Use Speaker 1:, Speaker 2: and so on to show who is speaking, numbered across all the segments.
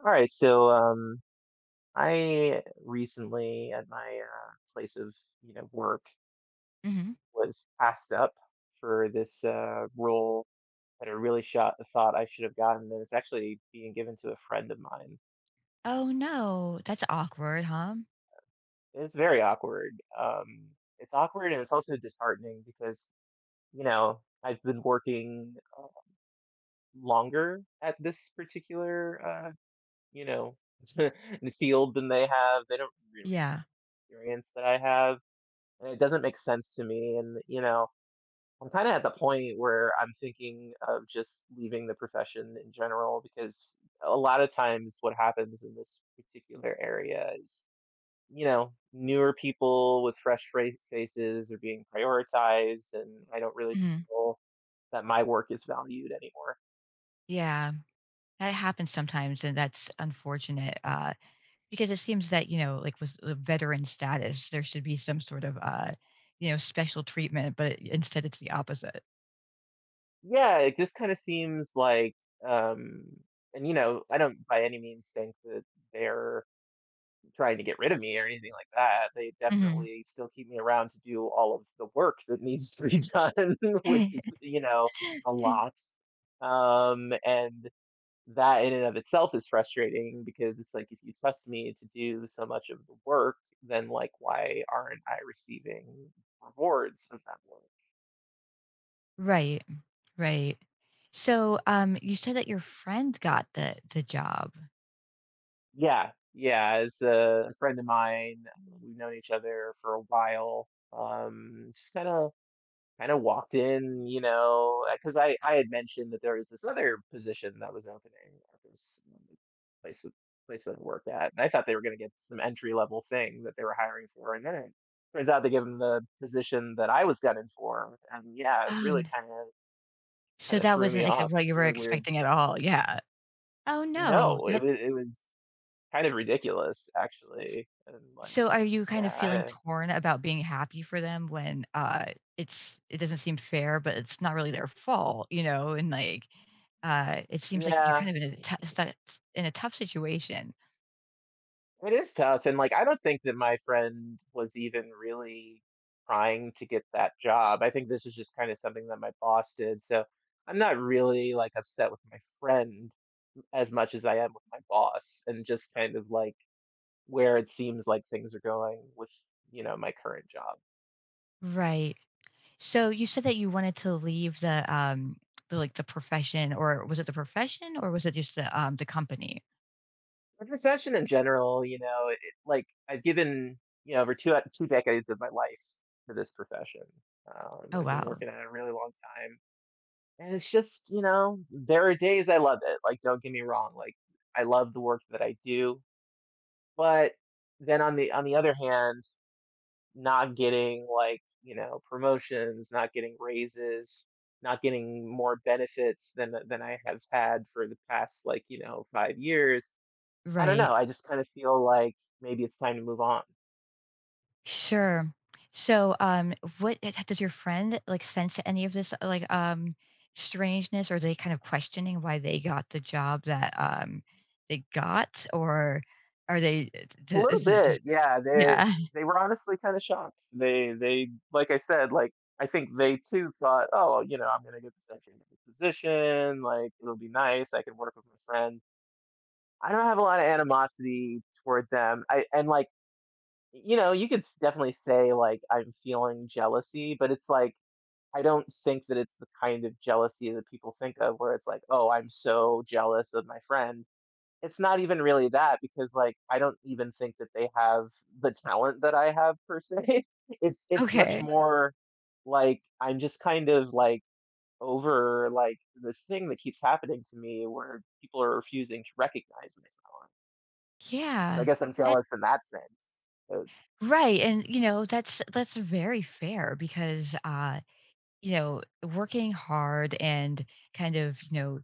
Speaker 1: All right, so I recently at my place of work
Speaker 2: Mhm.
Speaker 1: was passed up for this role that I really shot thought I should have gotten, and it's actually being given to a friend of mine.
Speaker 2: Oh, no. That's awkward, huh?
Speaker 1: It's very awkward. Um, it's awkward and it's also disheartening because I've been working longer at this particular you know field than they have. They don't really
Speaker 2: Yeah.
Speaker 1: experience that I have and it doesn't make sense to me. And I'm kind of at the point where I'm thinking of just leaving the profession in general because a lot of times what happens in this particular area is newer people with fresh faces are being prioritized, and I don't really
Speaker 2: Mhm.
Speaker 1: feel that my work is valued anymore.
Speaker 2: Yeah. That happens sometimes, and that's unfortunate, because it seems that, like, with, the veteran status, there should be some sort of, special treatment, but instead it's the opposite.
Speaker 1: Yeah, it just kind of seems like, um, and I don't by any means think that they're trying to get rid of me or anything like that. They
Speaker 2: Mhm.
Speaker 1: definitely still keep me around to do all of the work that needs to be done, which is a lot. And that in and of itself is frustrating because it's like, if you trust me to do so much of the work, then like, why aren't I receiving rewards for that work?
Speaker 2: Right, right. So, you said that your friend got the job.
Speaker 1: Yeah, yeah. As a friend of mine, we've known each other for a while. Just kind of walked in, because I had mentioned that there was this other position that was opening at this place that- place that I worked at, and I thought they were going to get some entry level thing that they were hiring for, and then it turns out they gave them the position that I was gunning for, and yeah, it
Speaker 2: Oh,
Speaker 1: really
Speaker 2: n
Speaker 1: kind of
Speaker 2: so
Speaker 1: kind of
Speaker 2: that
Speaker 1: threw me
Speaker 2: wasn't ex
Speaker 1: off.
Speaker 2: what
Speaker 1: It's
Speaker 2: you were
Speaker 1: really weird.
Speaker 2: expecting at all, yeah. Oh, no.
Speaker 1: No, it
Speaker 2: That
Speaker 1: was it was kind of ridiculous actually, and like
Speaker 2: So are you kind of
Speaker 1: yeah, I
Speaker 2: feeling
Speaker 1: don't.
Speaker 2: torn about being happy for them when it doesn't seem fair, but it's not really their fault, and like it seems like you're
Speaker 1: Yeah,
Speaker 2: kind of in a tough situation.
Speaker 1: it is tough, and, like, I don't think that my friend was even really trying to get that job. I think this was just kinda something that my boss did, so I'm not really, like, upset with my friend as much as I am with my boss, and just kind of, like, where it seems like things are going with, my current job.
Speaker 2: Right. So you said that you wanted to leave the profession, or was it the profession or was it just the company?
Speaker 1: My profession in general, it like, I've given, over 2 decades of my life to this profession.
Speaker 2: Oh
Speaker 1: I've been
Speaker 2: wow.
Speaker 1: working at it a really long time. And it's just, there are days I love it. Like, don't get me wrong. Like, I love the work that I do. But then on the other hand, not getting like, promotions, not getting raises, not getting more benefits than I have had for the past like, 5 years. I don't know.
Speaker 2: Right.
Speaker 1: I just kind of feel like maybe it's time to move on.
Speaker 2: Sure. So, what does your friend, like, sense any of this, like, strangeness? Or are they kind of questioning why they got the job that, they got? Or are they eh,
Speaker 1: A
Speaker 2: d
Speaker 1: little
Speaker 2: is it just...
Speaker 1: bit, yeah. They
Speaker 2: Yeah.
Speaker 1: they were honestly kind of shocked. They like I said, like I think they too thought, oh, I'm gonna get this entry into the position. Like it'll be nice. I can work with my friend. I don't have a lot of animosity toward them. I and like you could definitely say like I'm feeling jealousy, but it's like I don't think that it's the kind of jealousy that people think of, where it's like, oh, I'm so jealous of my friend, it's not even really that because like I don't even think that they have the talent that I have per se. It's much
Speaker 2: Okay.
Speaker 1: more like I'm just kind of like over like this thing that keeps happening to me where people are refusing to recognize my talent. I
Speaker 2: Yeah.
Speaker 1: guess I'm
Speaker 2: That
Speaker 1: jealous in that sense. But,
Speaker 2: Right, and, that's very fair because, working hard and kind of,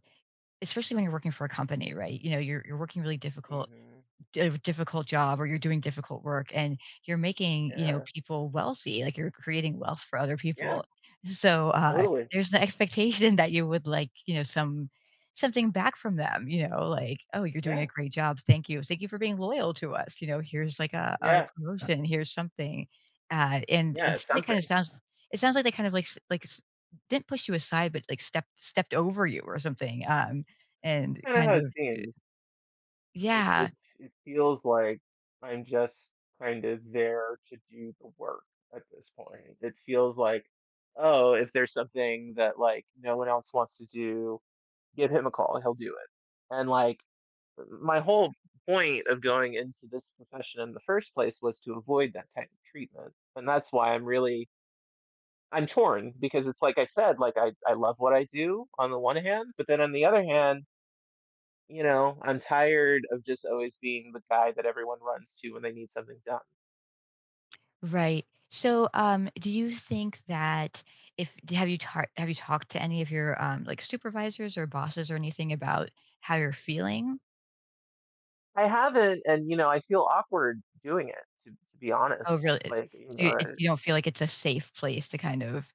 Speaker 2: especially when you're working for a company, right? You know, you're working really difficult
Speaker 1: hmm.
Speaker 2: a difficult job or you're doing difficult work and you're making,
Speaker 1: Yeah.
Speaker 2: people wealthy, like you're creating wealth for other
Speaker 1: Yeah.
Speaker 2: people. So,
Speaker 1: Totally.
Speaker 2: there's an expectation that you would like, something back from them, like, "Oh, you're doing a
Speaker 1: Yeah.
Speaker 2: great job. Thank you. Thank you for being loyal to us. Here's like a
Speaker 1: Yeah.
Speaker 2: promotion, here's something." And
Speaker 1: Yeah, it's
Speaker 2: instead
Speaker 1: something.
Speaker 2: it sounds like they kind of didn't push you aside, but like stepped over you or something. And
Speaker 1: I don't know
Speaker 2: kind
Speaker 1: how it
Speaker 2: of... uh,
Speaker 1: seems. It
Speaker 2: yeah.
Speaker 1: it it feels like I'm just kind of there to do the work at this point. It feels like, oh, if there's something that like no one else wants to do, give him a call, he'll do it. And like my whole point of going into this profession in the first place was to avoid that type of treatment. And that's why I'm really I'm torn because it's like I said, like I love what I do on the one hand, but then on the other hand, I'm tired of just always being the guy that everyone runs to when they need something done.
Speaker 2: Right. So, do you think that if d- have you tar- have you talked to any of your like supervisors or bosses or anything about how you're feeling?
Speaker 1: I haven't, and I feel awkward doing it, to be
Speaker 2: Oh,
Speaker 1: honest.
Speaker 2: really?
Speaker 1: Like,
Speaker 2: So,
Speaker 1: I-
Speaker 2: You don't feel like it's a safe place to kind of...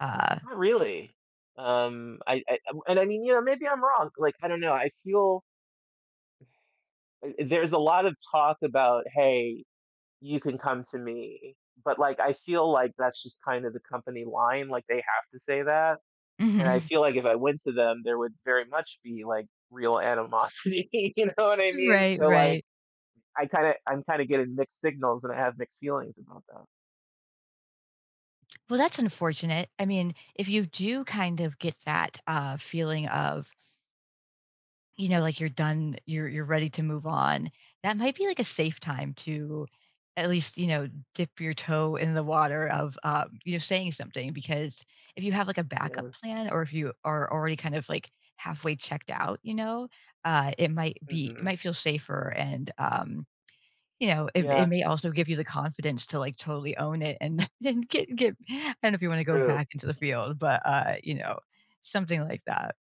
Speaker 2: Uh,
Speaker 1: not really. I and I mean, maybe I'm wrong. Like, I don't know. I feel there's a lot of talk about, hey, you can come to me, but like, I feel like that's just kind of the company line. Like, they have to say that. And I feel like if I went to them, there would very much be like real animosity. You know what I mean?
Speaker 2: Right.
Speaker 1: So like
Speaker 2: Right.
Speaker 1: I'm kind of getting mixed signals and I have mixed feelings about that.
Speaker 2: Well, that's unfortunate. I mean, if you do kind of get that feeling of... Like you're done, you're ready to move on. That might be like a safe time to at least, dip your toe in the water of saying something, because if you have like a backup
Speaker 1: Yeah.
Speaker 2: plan or if you are already kind of like halfway checked out, it
Speaker 1: Hmm.
Speaker 2: might feel safer, and it
Speaker 1: Yeah.
Speaker 2: may also give you the confidence to like totally own it and and get. I don't know if you want to go
Speaker 1: True.
Speaker 2: back into the field, but something like that.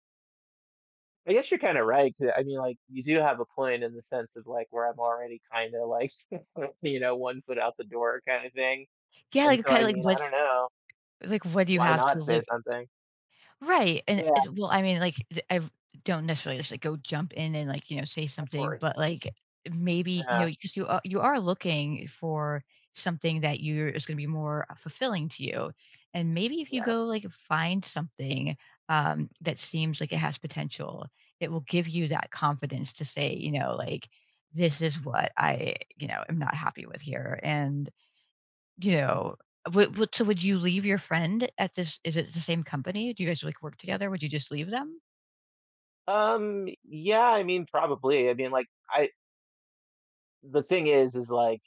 Speaker 1: I guess you're kind of right. 'Cause, I mean, like you do have a point in the sense of like where I'm already kind of like one foot out the door kind of thing.
Speaker 2: Yeah,
Speaker 1: And
Speaker 2: like
Speaker 1: so
Speaker 2: kind
Speaker 1: I
Speaker 2: of like
Speaker 1: mean, I don't
Speaker 2: what's...
Speaker 1: know.
Speaker 2: Like, what do you
Speaker 1: Why
Speaker 2: have to
Speaker 1: not
Speaker 2: lose?
Speaker 1: say something?
Speaker 2: Right, and
Speaker 1: Yeah,
Speaker 2: it well, I mean, like, I don't necessarily just, like, go jump in and, like, say
Speaker 1: of
Speaker 2: something,
Speaker 1: course.
Speaker 2: but, like, maybe,
Speaker 1: Yeah,
Speaker 2: because you are looking for something that you're is gonna be more fulfilling to you, and maybe if you
Speaker 1: yeah.
Speaker 2: go, like, find something, that seems like it has potential, it will give you that confidence to say, like, "This is what I, am not happy with here," and you know, would you leave your friend at this is it the same company? Do you guys, like, work together? Would you just leave them?
Speaker 1: Yeah. I mean, probably. I mean, like I. The thing is like.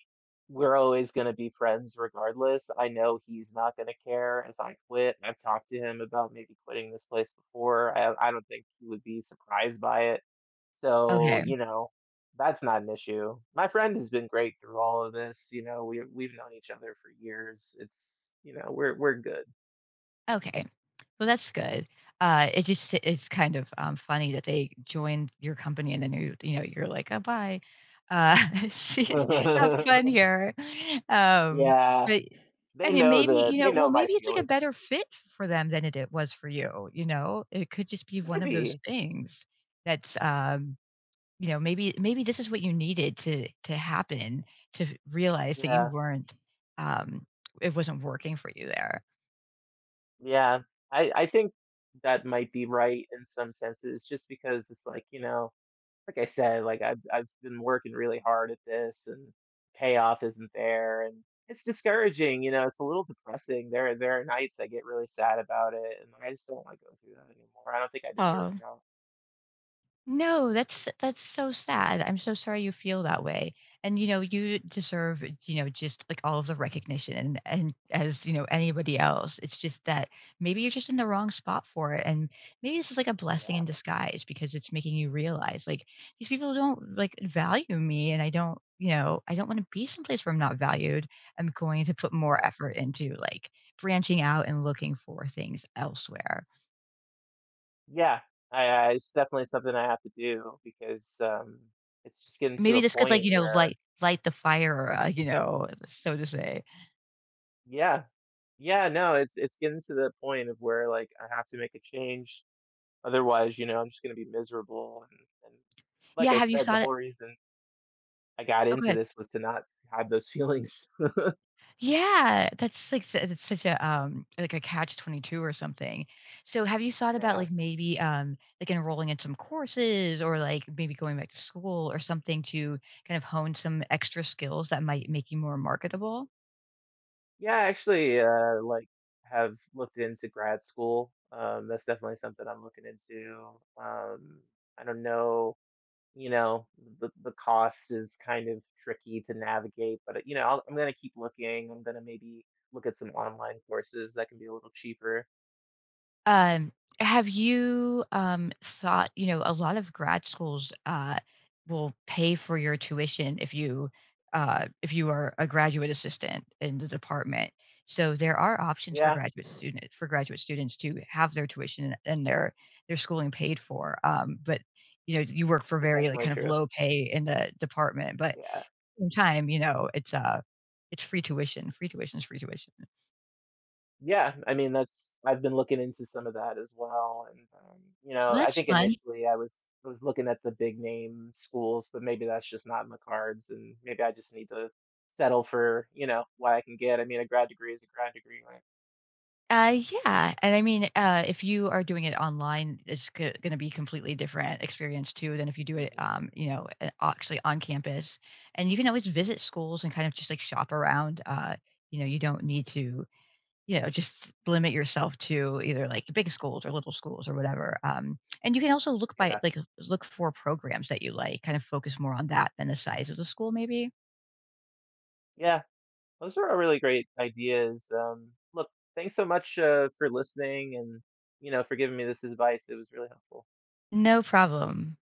Speaker 1: We're always going to be friends regardless. I know he's not going to care if I quit. I've talked to him about maybe quitting this place before. I don't think he would be surprised by it. So,
Speaker 2: Okay.
Speaker 1: that's not an issue. My friend has been great through all of this. We've known each other for years. It's, we're good.
Speaker 2: Okay. Well, that's good. It's kind of, funny that they joined your company and then you're like, "Oh, bye." Uh, she Have fun here. Um,
Speaker 1: Yeah,
Speaker 2: but, I
Speaker 1: they
Speaker 2: mean,
Speaker 1: know
Speaker 2: maybe,
Speaker 1: they
Speaker 2: well,
Speaker 1: know my
Speaker 2: maybe it's, like, a
Speaker 1: feelings.
Speaker 2: better fit for them than it was for you, you know? It could just be one of those
Speaker 1: Maybe.
Speaker 2: things that's, maybe this is what you needed to happen to realize that you
Speaker 1: Yeah.
Speaker 2: weren't, um it wasn't working for you there.
Speaker 1: Yeah, I think that might be right in some senses, just because it's like, like I said, like I've been working really hard at this and payoff isn't there and it's discouraging, it's a little depressing. There are nights I get really sad about it and I just don't want to go through that anymore. I don't think I deserve
Speaker 2: Oh.
Speaker 1: now.
Speaker 2: No, that's so sad. I'm so sorry you feel that way. You deserve, just like all of the recognition and as, anybody else. It's just that maybe you're just in the wrong spot for it. And maybe this is like a blessing
Speaker 1: Yeah,
Speaker 2: in disguise because it's making you realize like these people don't like value me, and I don't want to be someplace where I'm not valued. I'm going to put more
Speaker 1: that.
Speaker 2: effort into like branching out and looking for things elsewhere.
Speaker 1: Yeah. I it's definitely something I have to do because it's just getting to
Speaker 2: Maybe
Speaker 1: a
Speaker 2: this could, like,
Speaker 1: point where.
Speaker 2: light the fire, so to say.
Speaker 1: Yeah, yeah, no, it's getting to the point of where like I have to make a change. Otherwise, I'm just gonna be miserable. And
Speaker 2: Yeah,
Speaker 1: like I
Speaker 2: have you
Speaker 1: said, the
Speaker 2: thought it?
Speaker 1: whole reason I got
Speaker 2: Oh,
Speaker 1: into
Speaker 2: good.
Speaker 1: this was to not have those feelings.
Speaker 2: Yeah, that's such a catch-22 or something. So, have you thought about,
Speaker 1: Yeah.
Speaker 2: like, maybe, like, enrolling in some courses or, like, maybe going back to school or something to kind of hone some extra skills that might make you more marketable?
Speaker 1: Yeah, I actually like have looked into grad school. That's definitely something I'm looking into. I don't know, you know, the cost is kind of tricky to navigate, but I'm gonna keep looking. I'm gonna maybe look at some online courses that can be a little cheaper.
Speaker 2: Um, have you, thought... a lot of grad schools, will pay for your tuition if you are a graduate assistant in the department. So there are options for
Speaker 1: Yeah,
Speaker 2: graduate students to have their tuition and their schooling paid for. But you work for
Speaker 1: that's
Speaker 2: very like
Speaker 1: definitely
Speaker 2: kind of
Speaker 1: true.
Speaker 2: low pay in the department, but at
Speaker 1: Yeah.
Speaker 2: the same time, it's free tuition. Free tuition is free tuition.
Speaker 1: Yeah, I mean, that's I've been looking into some of that as well, and,
Speaker 2: Well,
Speaker 1: I
Speaker 2: that's
Speaker 1: think
Speaker 2: fun.
Speaker 1: initially I was looking at the big name schools, but maybe that's just not in the cards, and maybe I just need to settle for, what I can get. I mean, a grad degree is a grad degree, right?
Speaker 2: Yeah, and I mean, if you are doing it online, it's gonna be completely different experience too than if you do it,
Speaker 1: Mhm.
Speaker 2: a actually on campus, and you can always visit schools and kind of just, like, shop around, you don't need to, just limit yourself to either, like, big schools or little schools or whatever, and you can also look by
Speaker 1: Yeah.
Speaker 2: like, look for programs that you like, kind of focus more on that than the size of the school maybe.
Speaker 1: Yeah. Those are all really great ideas. Look, thanks so much, for listening and, for giving me this advice. It was really helpful.
Speaker 2: No problem.